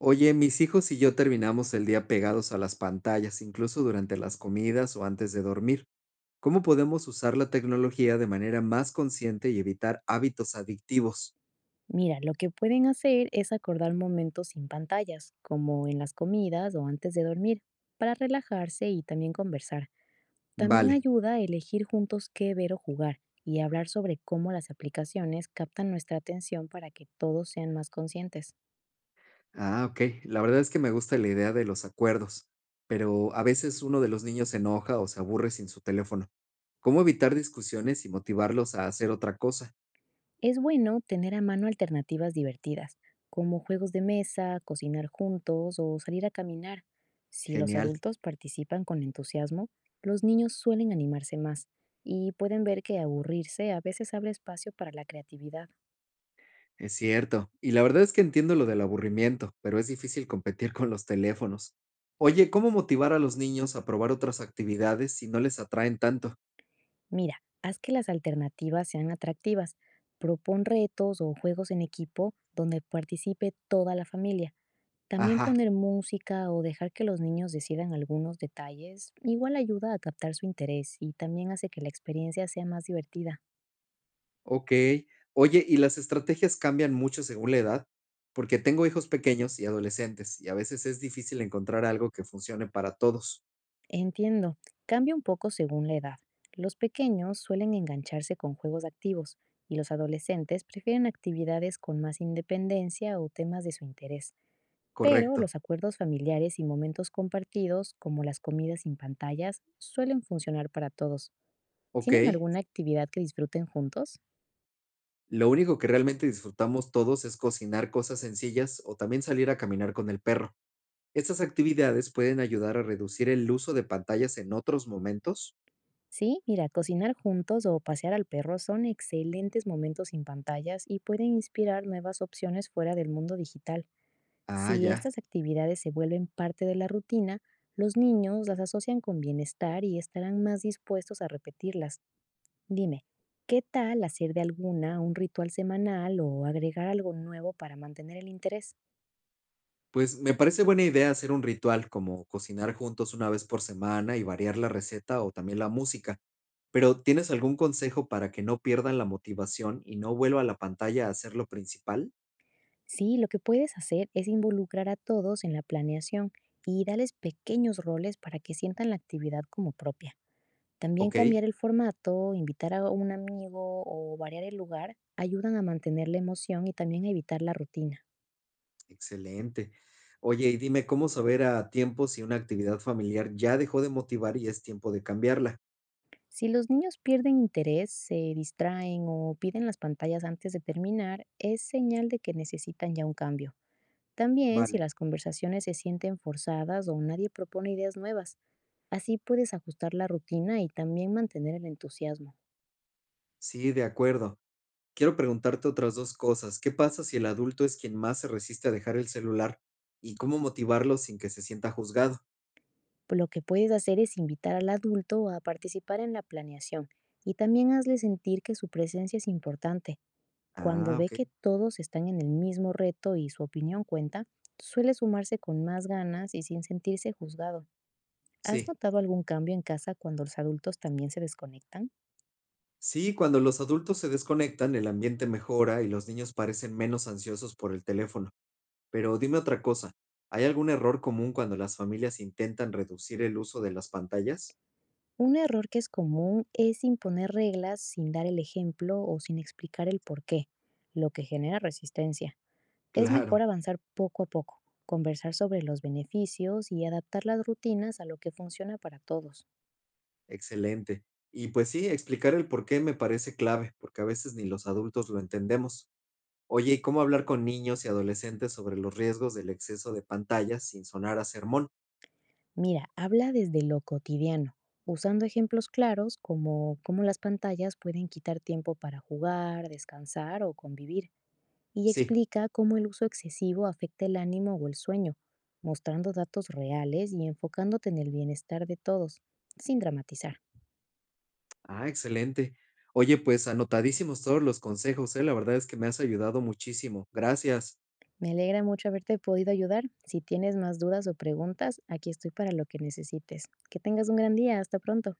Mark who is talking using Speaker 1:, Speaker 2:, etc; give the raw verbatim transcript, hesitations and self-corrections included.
Speaker 1: Oye, mis hijos y yo terminamos el día pegados a las pantallas, incluso durante las comidas o antes de dormir. ¿Cómo podemos usar la tecnología de manera más consciente y evitar hábitos adictivos?
Speaker 2: Mira, lo que pueden hacer es acordar momentos sin pantallas, como en las comidas o antes de dormir, para relajarse y también conversar. También
Speaker 1: Vale.
Speaker 2: ayuda a elegir juntos qué ver o jugar y hablar sobre cómo las aplicaciones captan nuestra atención para que todos sean más conscientes.
Speaker 1: Ah, ok. La verdad es que me gusta la idea de los acuerdos, pero a veces uno de los niños se enoja o se aburre sin su teléfono. ¿Cómo evitar discusiones y motivarlos a hacer otra cosa?
Speaker 2: Es bueno tener a mano alternativas divertidas, como juegos de mesa, cocinar juntos o salir a caminar. Si los
Speaker 1: Genial.
Speaker 2: adultos participan con entusiasmo, los niños suelen animarse más y pueden ver que aburrirse a veces abre espacio para la creatividad.
Speaker 1: Es cierto, y la verdad es que entiendo lo del aburrimiento, pero es difícil competir con los teléfonos. Oye, ¿cómo motivar a los niños a probar otras actividades si no les atraen tanto?
Speaker 2: Mira, haz que las alternativas sean atractivas. Propon retos o juegos en equipo donde participe toda la familia. También
Speaker 1: Ajá,
Speaker 2: poner música o dejar que los niños decidan algunos detalles igual ayuda a captar su interés y también hace que la experiencia sea más divertida.
Speaker 1: ok. Oye, ¿y las estrategias cambian mucho según la edad? Porque tengo hijos pequeños y adolescentes, y a veces es difícil encontrar algo que funcione para todos.
Speaker 2: Entiendo, cambia un poco según la edad. Los pequeños suelen engancharse con juegos activos y los adolescentes prefieren actividades con más independencia o temas de su interés. Pero
Speaker 1: Correcto,
Speaker 2: los acuerdos familiares y momentos compartidos, como las comidas sin pantallas, suelen funcionar para todos.
Speaker 1: ok.
Speaker 2: ¿Tienen alguna actividad que disfruten juntos?
Speaker 1: Lo único que realmente disfrutamos todos es cocinar cosas sencillas o también salir a caminar con el perro. Estas actividades pueden ayudar a reducir el uso de pantallas en otros momentos.
Speaker 2: Sí, mira, cocinar juntos o pasear al perro son excelentes momentos sin pantallas y pueden inspirar nuevas opciones fuera del mundo digital.
Speaker 1: Ah,
Speaker 2: Si
Speaker 1: ya.
Speaker 2: estas actividades se vuelven parte de la rutina, los niños las asocian con bienestar y estarán más dispuestos a repetirlas. Dime, ¿qué tal hacer de alguna un ritual semanal o agregar algo nuevo para mantener el interés?
Speaker 1: Pues me parece buena idea hacer un ritual como cocinar juntos una vez por semana y variar la receta o también la música. Pero ¿tienes algún consejo para que no pierdan la motivación y no vuelva la pantalla a ser lo principal?
Speaker 2: Sí, lo que puedes hacer es involucrar a todos en la planeación y darles pequeños roles para que sientan la actividad como propia. También
Speaker 1: Ok,
Speaker 2: cambiar el formato, invitar a un amigo o variar el lugar ayudan a mantener la emoción y también a evitar la rutina.
Speaker 1: excelente. Oye, y dime cómo saber a tiempo si una actividad familiar ya dejó de motivar y es tiempo de cambiarla.
Speaker 2: Si los niños pierden interés, se distraen o piden las pantallas antes de terminar, es señal de que necesitan ya un cambio. También si
Speaker 1: Vale,
Speaker 2: las conversaciones se sienten forzadas o nadie propone ideas nuevas, así puedes ajustar la rutina y también mantener el entusiasmo.
Speaker 1: sí, de acuerdo. Quiero preguntarte otras dos cosas. ¿Qué pasa si el adulto es quien más se resiste a dejar el celular? ¿Y cómo motivarlo sin que se sienta juzgado?
Speaker 2: Pues lo que puedes hacer es invitar al adulto a participar en la planeación y también hazle sentir que su presencia es importante. Cuando
Speaker 1: Ah,
Speaker 2: ve que
Speaker 1: okey.
Speaker 2: todos están en el mismo reto y su opinión cuenta, suele sumarse con más ganas y sin sentirse juzgado. ¿Has
Speaker 1: Sí.
Speaker 2: notado algún cambio en casa cuando los adultos también se desconectan?
Speaker 1: Sí, cuando los adultos se desconectan, el ambiente mejora y los niños parecen menos ansiosos por el teléfono. Pero dime otra cosa, ¿hay algún error común cuando las familias intentan reducir el uso de las pantallas?
Speaker 2: Un error que es común es imponer reglas sin dar el ejemplo o sin explicar el por qué, lo que genera resistencia. Es mejor
Speaker 1: Claro,
Speaker 2: avanzar poco a poco, conversar sobre los beneficios y adaptar las rutinas a lo que funciona para todos.
Speaker 1: excelente. Y, pues sí, explicar el porqué me parece clave, porque a veces ni los adultos lo entendemos. Oye, ¿y cómo hablar con niños y adolescentes sobre los riesgos del exceso de pantallas sin sonar a sermón?
Speaker 2: Mira, habla desde lo cotidiano, usando ejemplos claros como cómo las pantallas pueden quitar tiempo para jugar, descansar o convivir. Y
Speaker 1: Sí.
Speaker 2: explica cómo el uso excesivo afecta el ánimo o el sueño, mostrando datos reales y enfocándote en el bienestar de todos, sin dramatizar.
Speaker 1: Ah, excelente. Oye, pues anotadísimos todos los consejos, ¿eh? La verdad es que me has ayudado muchísimo. Gracias.
Speaker 2: Me alegra mucho haberte podido ayudar. Si tienes más dudas o preguntas, aquí estoy para lo que necesites. Que tengas un gran día. Hasta pronto.